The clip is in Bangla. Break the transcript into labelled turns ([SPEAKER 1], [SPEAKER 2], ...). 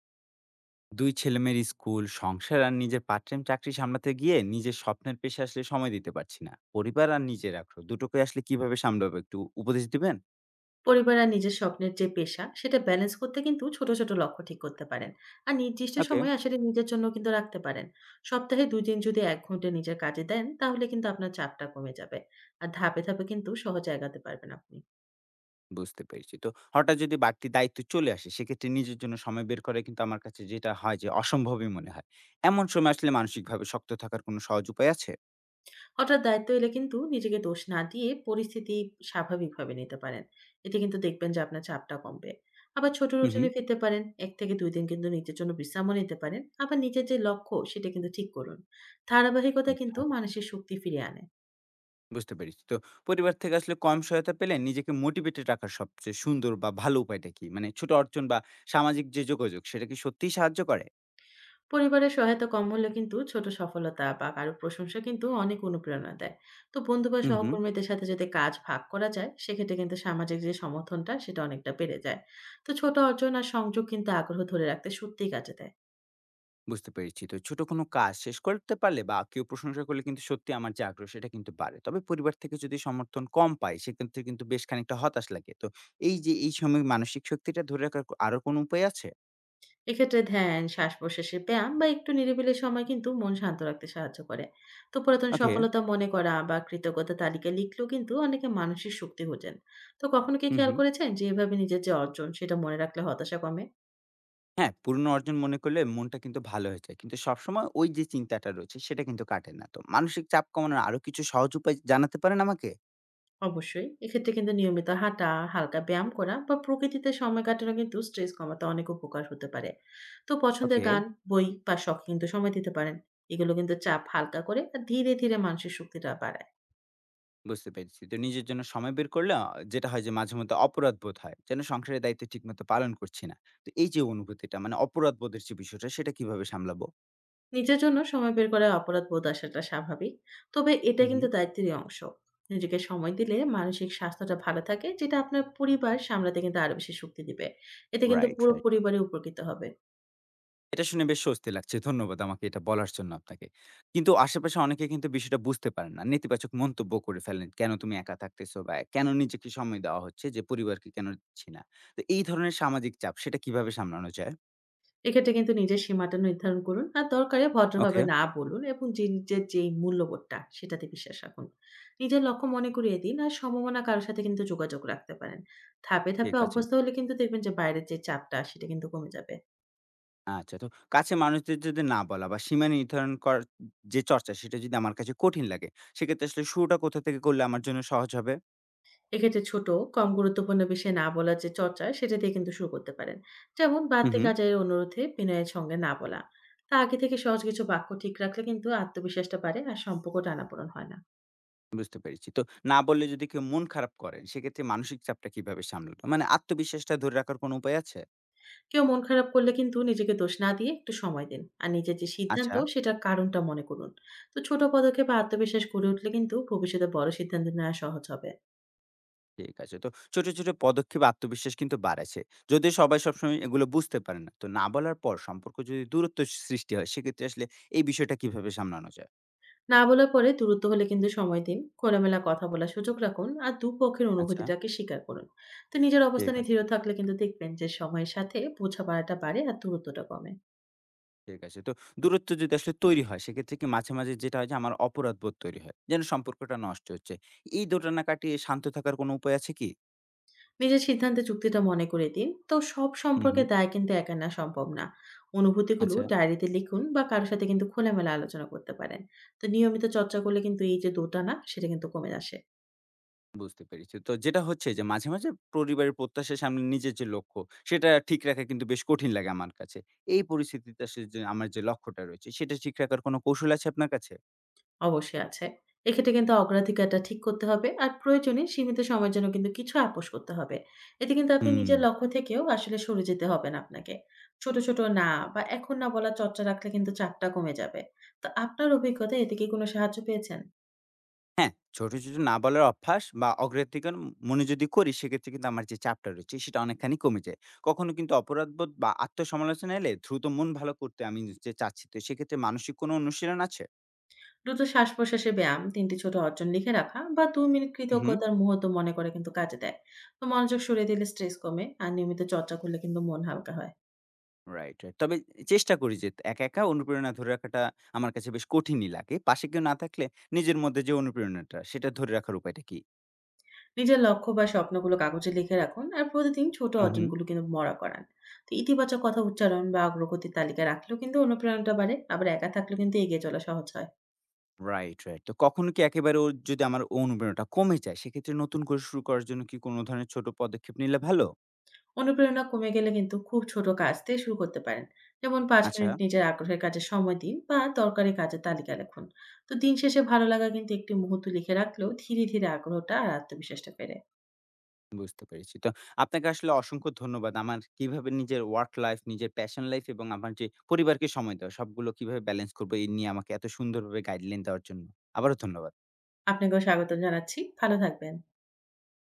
[SPEAKER 1] দুই ছেলেমেয়ের স্কুল সংসার আর নিজের পার্ট টাইম চাকরি সামলাতে গিয়ে নিজের স্বপ্নের পেশে আসলে সময় দিতে পারছি না। পরিবার আর নিজের আগ্রহ দুটোকে আসলে কিভাবে সামলাবো, একটু উপদেশ দিবেন।
[SPEAKER 2] পরিবার আর নিজের স্বপ্নের যে পেশা সেটা ব্যালেন্স করতে কিন্তু ছোট ছোট লক্ষ্য ঠিক করতে পারেন। আর নির্দিষ্ট
[SPEAKER 1] ওকে।
[SPEAKER 2] সময় আসলে নিজের জন্য কিন্তু রাখতে পারেন। সপ্তাহে দুই দিন যদি এক ঘন্টা নিজের কাজে দেন তাহলে কিন্তু আপনার চাপটা কমে যাবে। আর ধাপে ধাপে কিন্তু সহজে আগাতে পারবেন আপনি।
[SPEAKER 1] বুঝতে পেরেছি তো। হঠাৎ যদি বাড়তি দায়িত্ব চলে আসে সেক্ষেত্রে নিজের জন্য সময় বের করে কিন্তু আমার কাছে যেটা হয় যে অসম্ভবই মনে হয়। এমন সময় আসলে মানসিকভাবে শক্ত থাকার কোনো সহজ উপায় আছে?
[SPEAKER 2] হঠাৎ দায়িত্ব এলে কিন্তু নিজেকে দোষ না দিয়ে পরিস্থিতি স্বাভাবিকভাবে নিতে পারেন। এতে কিন্তু দেখবেন যে আপনার চাপটা কমবে। আবার ছোট
[SPEAKER 1] হুম হুম।
[SPEAKER 2] রুটিনে ফিরতে পারেন, এক থেকে দুই দিন কিন্তু নিজের জন্য বিশ্রামও নিতে পারেন। আবার নিজের যে লক্ষ্য সেটা কিন্তু ঠিক করুন। ধারাবাহিকতা কিন্তু
[SPEAKER 1] আচ্ছা।
[SPEAKER 2] মানসিক শক্তি ফিরিয়ে আনে।
[SPEAKER 1] বুঝতে পেরেছি তো। পরিবার থেকে আসলে কম সহায়তা পেলে নিজেকে মোটিভেটেড রাখার সবচেয়ে সুন্দর বা ভালো উপায়টা কি, মানে ছোট অর্জন বা সামাজিক যে যোগাযোগ সেটা কি সত্যিই সাহায্য করে?
[SPEAKER 2] পরিবারের সহায়তা কম হলে কিন্তু ছোট সফলতা বা কারো প্রশংসা কিন্তু অনেক অনুপ্রেরণা দেয়। তো বন্ধু বা
[SPEAKER 1] হুম, হুম।
[SPEAKER 2] সহকর্মীদের সাথে যদি কাজ ভাগ করা যায় সেক্ষেত্রে কিন্তু সামাজিক যে সমর্থনটা সেটা অনেকটা বেড়ে যায়। তো ছোট অর্জন আর সংযোগ কিন্তু আগ্রহ ধরে রাখতে সত্যিই কাজে দেয়।
[SPEAKER 1] বুঝতে পেরেছি। তো ছোট কোনো কাজ শেষ করতে পারলে বা কেউ প্রশংসা করলে কিন্তু সত্যি আমার যে আগ্রহ সেটা কিন্তু বাড়ে। তবে পরিবার থেকে যদি সমর্থন কম পাই সেক্ষেত্রে কিন্তু বেশ খানিকটা হতাশ লাগে। তো এই যে এই সময় মানসিক শক্তিটা ধরে রাখার আরো কোনো উপায় আছে?
[SPEAKER 2] এক্ষেত্রে ধ্যান, শ্বাস প্রশ্বাসের ব্যায়াম বা একটু নিরিবিলি সময় কিন্তু মন শান্ত রাখতে সাহায্য করে। তো পুরাতন
[SPEAKER 1] ওকে।
[SPEAKER 2] সফলতা মনে করা বা কৃতজ্ঞতা তালিকা লিখলেও কিন্তু অনেকে মানসিক শক্তি হোজেন। তো কখনো কি
[SPEAKER 1] হুম,
[SPEAKER 2] খেয়াল
[SPEAKER 1] হুম।
[SPEAKER 2] করেছেন যে এভাবে নিজের যে অর্জন সেটা মনে রাখলে হতাশা কমে?
[SPEAKER 1] হ্যাঁ, পুরনো অর্জন মনে করলে মনটা কিন্তু ভালো হয়ে যায়। কিন্তু সবসময় ওই যে চিন্তাটা রয়েছে সেটা কিন্তু কাটে না। তো মানসিক চাপ কমানোর আরো কিছু সহজ উপায় জানাতে পারেন আমাকে?
[SPEAKER 2] অবশ্যই। এক্ষেত্রে কিন্তু নিয়মিত হাঁটা, হালকা ব্যায়াম করা বা প্রকৃতিতে সময় কাটানো কিন্তু স্ট্রেস কমাতে অনেক উপকার হতে পারে। তো পছন্দের
[SPEAKER 1] ওকে।
[SPEAKER 2] গান, বই বা শখে কিন্তু সময় দিতে পারেন। এগুলো কিন্তু চাপ হালকা করে আর ধীরে, ধীরে মানসিক শক্তিটা বাড়ায়।
[SPEAKER 1] বুঝতে পেরেছি। তো নিজের জন্য সময় বের করলে যেটা হয় যে মাঝেমধ্যে অপরাধ বোধ হয়। যেন সংসারের দায়িত্ব ঠিকমতো পালন করছি না। তো এই যে অনুভূতিটা মানে অপরাধ বোধের যে বিষয়টা সেটা কিভাবে সামলাবো?
[SPEAKER 2] নিজের জন্য সময় বের করায় অপরাধবোধ আসাটা স্বাভাবিক। তবে এটা
[SPEAKER 1] হু, হু।
[SPEAKER 2] কিন্তু দায়িত্বেরই অংশ। নিজেকে সময় দিলে মানসিক স্বাস্থ্যটা ভালো থাকে, যেটা আপনার পরিবার সামলাতে কিন্তু আরো বেশি শক্তি দিবে। এতে কিন্তু
[SPEAKER 1] রাইট,
[SPEAKER 2] পুরো
[SPEAKER 1] রাইট।
[SPEAKER 2] পরিবারই উপকৃত হবে।
[SPEAKER 1] এটা শুনে বেশ স্বস্তি লাগছে। ধন্যবাদ আমাকে এটা বলার জন্য আপনাকে। কিন্তু আশেপাশে অনেকে কিন্তু বিষয়টা বুঝতে পারেন না। নেতিবাচক মন্তব্য করে ফেলেন। কেন তুমি একা থাকতেছো বা কেন নিজেকে সময় দেওয়া হচ্ছে যে পরিবারকে কেন দিচ্ছি না। তো এই ধরনের সামাজিক চাপ সেটা কিভাবে সামলানো যায়?
[SPEAKER 2] এক্ষেত্রে কিন্তু নিজের সীমাটা নির্ধারণ করুন আর দরকারে ভদ্রভাবে
[SPEAKER 1] ওকে,
[SPEAKER 2] না বলুন, এবং নিজের যে মূল্যবোধটা সেটাতে বিশ্বাস রাখুন। নিজের লক্ষ্য মনে করিয়ে দিন আর সমমনা কারোর সাথে কিন্তু যোগাযোগ রাখতে পারেন। ধাপে ধাপে
[SPEAKER 1] ঠিক আছে।
[SPEAKER 2] অভ্যস্ত হলে কিন্তু দেখবেন যে বাইরের যে চাপটা সেটা কিন্তু কমে যাবে।
[SPEAKER 1] আচ্ছা। তো কাছের মানুষদের যদি না বলা বা সীমা নির্ধারণ করার যে চর্চা, সেটা যদি আমার কাছে কঠিন লাগে, সেক্ষেত্রে আসলে শুরুটা কোথা থেকে করলে আমার জন্য সহজ হবে?
[SPEAKER 2] এক্ষেত্রে ছোট, কম গুরুত্বপূর্ণ বিষয়ে না বলার যে চর্চা সেটা দিয়ে কিন্তু শুরু করতে পারেন। যেমন
[SPEAKER 1] হুম,
[SPEAKER 2] বাড়তি
[SPEAKER 1] হুম।
[SPEAKER 2] কাজের অনুরোধে বিনয়ের সঙ্গে না বলা। তা আগে থেকে সহজ কিছু বাক্য ঠিক রাখলে কিন্তু আত্মবিশ্বাসটা বাড়ে আর সম্পর্ক টানাপোড়েন হয় না।
[SPEAKER 1] বুঝতে পেরেছি। তো না বললে যদি কেউ মন খারাপ করেন, সেক্ষেত্রে মানসিক চাপটা কিভাবে সামলাবো? মানে আত্মবিশ্বাসটা ধরে রাখার কোনো উপায় আছে?
[SPEAKER 2] কেউ মন খারাপ করলে কিন্তু নিজেকে দোষ না দিয়ে একটু সময় দিন আর নিজের যে সিদ্ধান্ত
[SPEAKER 1] আচ্ছা,
[SPEAKER 2] সেটার কারণটা মনে করুন। তো ছোট পদক্ষেপে আত্মবিশ্বাস গড়ে উঠলে কিন্তু ভবিষ্যতে বড় সিদ্ধান্ত নেওয়া সহজ হবে।
[SPEAKER 1] ঠিক আছে। তো ছোট, ছোট পদক্ষেপ আত্মবিশ্বাস কিন্তু বাড়াচ্ছে। যদিও সবাই সবসময় এগুলো বুঝতে পারে না। তো না বলার পর সম্পর্ক যদি দূরত্ব সৃষ্টি হয়, সেক্ষেত্রে আসলে এই বিষয়টা কিভাবে সামলানো যায়?
[SPEAKER 2] না বলার পরে দূরত্ব হলে কিন্তু সময় দিন, খোলামেলা কথা বলার সুযোগ রাখুন আর দুপক্ষের
[SPEAKER 1] আচ্ছা,
[SPEAKER 2] অনুভূতিটাকে স্বীকার করুন। তো নিজের
[SPEAKER 1] ঠিক
[SPEAKER 2] অবস্থানে
[SPEAKER 1] আছে।
[SPEAKER 2] দৃঢ় থাকলে কিন্তু দেখবেন যে সময়ের সাথে বোঝাপড়াটা বাড়ে আর দূরত্বটা কমে।
[SPEAKER 1] ঠিক আছে। তো দূরত্ব যদি আসলে তৈরি হয়, সেক্ষেত্রে কি মাঝে, মাঝে যেটা হয় যে আমার অপরাধবোধ তৈরি হয়। যেন সম্পর্কটা নষ্ট হচ্ছে। এই দোটানা কাটিয়ে শান্ত থাকার কোনো উপায় আছে কি?
[SPEAKER 2] নিজের সিদ্ধান্তে যুক্তিটা মনে করে দিন, তো সব
[SPEAKER 1] হুম,
[SPEAKER 2] সম্পর্কে
[SPEAKER 1] হুম।
[SPEAKER 2] দায় কিন্তু একা না, সম্ভব না। অনুভূতিগুলো
[SPEAKER 1] আচ্ছা,
[SPEAKER 2] ডায়েরিতে লিখুন বা কারোর সাথে কিন্তু খোলামেলা আলোচনা করতে পারেন। তো নিয়মিত চর্চা করলে কিন্তু এই যে দোটানা সেটা কিন্তু কমে আসে।
[SPEAKER 1] বুঝতে পেরেছি। তো যেটা হচ্ছে যে মাঝে, মাঝে পরিবারের প্রত্যাশার সামনে নিজের যে লক্ষ্য, সেটা ঠিক রাখা কিন্তু বেশ কঠিন লাগে আমার কাছে। এই পরিস্থিতিতে আসলে যে আমার যে লক্ষ্যটা রয়েছে, সেটা ঠিক রাখার কোনো কৌশল আছে আপনার কাছে?
[SPEAKER 2] অবশ্যই আছে। এক্ষেত্রে কিন্তু অগ্রাধিকারটা ঠিক করতে হবে আর প্রয়োজনে সীমিত সময়ের জন্য কিন্তু কিছু আপোষ করতে হবে। এতে কিন্তু আপনি
[SPEAKER 1] হুম।
[SPEAKER 2] নিজের লক্ষ্য থেকেও আসলে সরে যেতে হবে না আপনাকে। ছোট ছোট না বা এখন না বলা চর্চা রাখলে কিন্তু চাপটা কমে যাবে। তো আপনার অভিজ্ঞতা, এতে কি কোনো সাহায্য পেয়েছেন?
[SPEAKER 1] হ্যাঁ, ছোট, ছোট না বলার অভ্যাস বা অগ্রাধিকার মনে যদি করি সেক্ষেত্রে কিন্তু আমার যে চাপটা রয়েছে সেটা অনেকখানি কমে যায়। কখনো কিন্তু অপরাধবোধ বা আত্মসমালোচনা এলে দ্রুত মন ভালো করতে আমি যে চাচ্ছি, তো সেক্ষেত্রে মানসিক কোনো অনুশীলন আছে?
[SPEAKER 2] দ্রুত শ্বাস-প্রশ্বাসের ব্যায়াম, ৩ টি ছোট অর্জন লিখে রাখা বা ২ মিনিট
[SPEAKER 1] উ হুম।
[SPEAKER 2] কৃতজ্ঞতার মুহূর্ত মনে করে কিন্তু কাজে দেয়। তো মনোযোগ সরিয়ে দিলে স্ট্রেস কমে আর নিয়মিত চর্চা করলে কিন্তু মন হালকা হয়।
[SPEAKER 1] Right, right. তবে চেষ্টা করি যে একা, একা অনুপ্রেরণা ধরে রাখাটা আমার কাছে বেশ কঠিনই লাগে। পাশে কেউ না থাকলে নিজের মধ্যে যে অনুপ্রেরণাটা সেটা ধরে রাখার উপায়টা কি?
[SPEAKER 2] নিজের লক্ষ্য বা স্বপ্নগুলো কাগজে লিখে রাখুন আর প্রতিদিন ছোট
[SPEAKER 1] উ হুম।
[SPEAKER 2] অর্জনগুলো কিন্তু মরা করান। তো ইতিবাচক কথা উচ্চারণ বা অগ্রগতির তালিকা রাখলেও কিন্তু অনুপ্রেরণাটা বাড়ে। আবার একা থাকলেও কিন্তু এগিয়ে চলা সহজ হয়।
[SPEAKER 1] Right, right. তো কখনো কি একেবারে যদি আমার অনুপ্রেরণাটা কমে যায় সেক্ষেত্রে নতুন করে শুরু করার জন্য কি কোনো ধরনের ছোট পদক্ষেপ নিলে ভালো?
[SPEAKER 2] অনুপ্রেরণা কমে গেলে কিন্তু খুব ছোট কাজ দিয়ে শুরু করতে পারেন। যেমন পাঁচ
[SPEAKER 1] আচ্ছা।
[SPEAKER 2] মিনিট নিজের আগ্রহের কাজে সময় দিন বা দরকারি কাজের তালিকা লিখুন। তো দিন শেষে ভালো লাগা কিন্তু একটি মুহূর্ত লিখে রাখলেও ধীরে ধীরে আগ্রহটা আর আত্মবিশ্বাসটা বেড়ে।
[SPEAKER 1] বুঝতে পেরেছি। তো আপনাকে আসলে অসংখ্য ধন্যবাদ। আমার কিভাবে নিজের ওয়ার্ক লাইফ, নিজের প্যাশন লাইফ এবং আমার যে পরিবারকে সময় দেওয়া সবগুলো কিভাবে ব্যালেন্স করব এই নিয়ে আমাকে এত সুন্দরভাবে গাইডলাইন দেওয়ার জন্য। আবারও ধন্যবাদ।
[SPEAKER 2] আপনাকেও স্বাগত জানাচ্ছি, ভালো থাকবেন।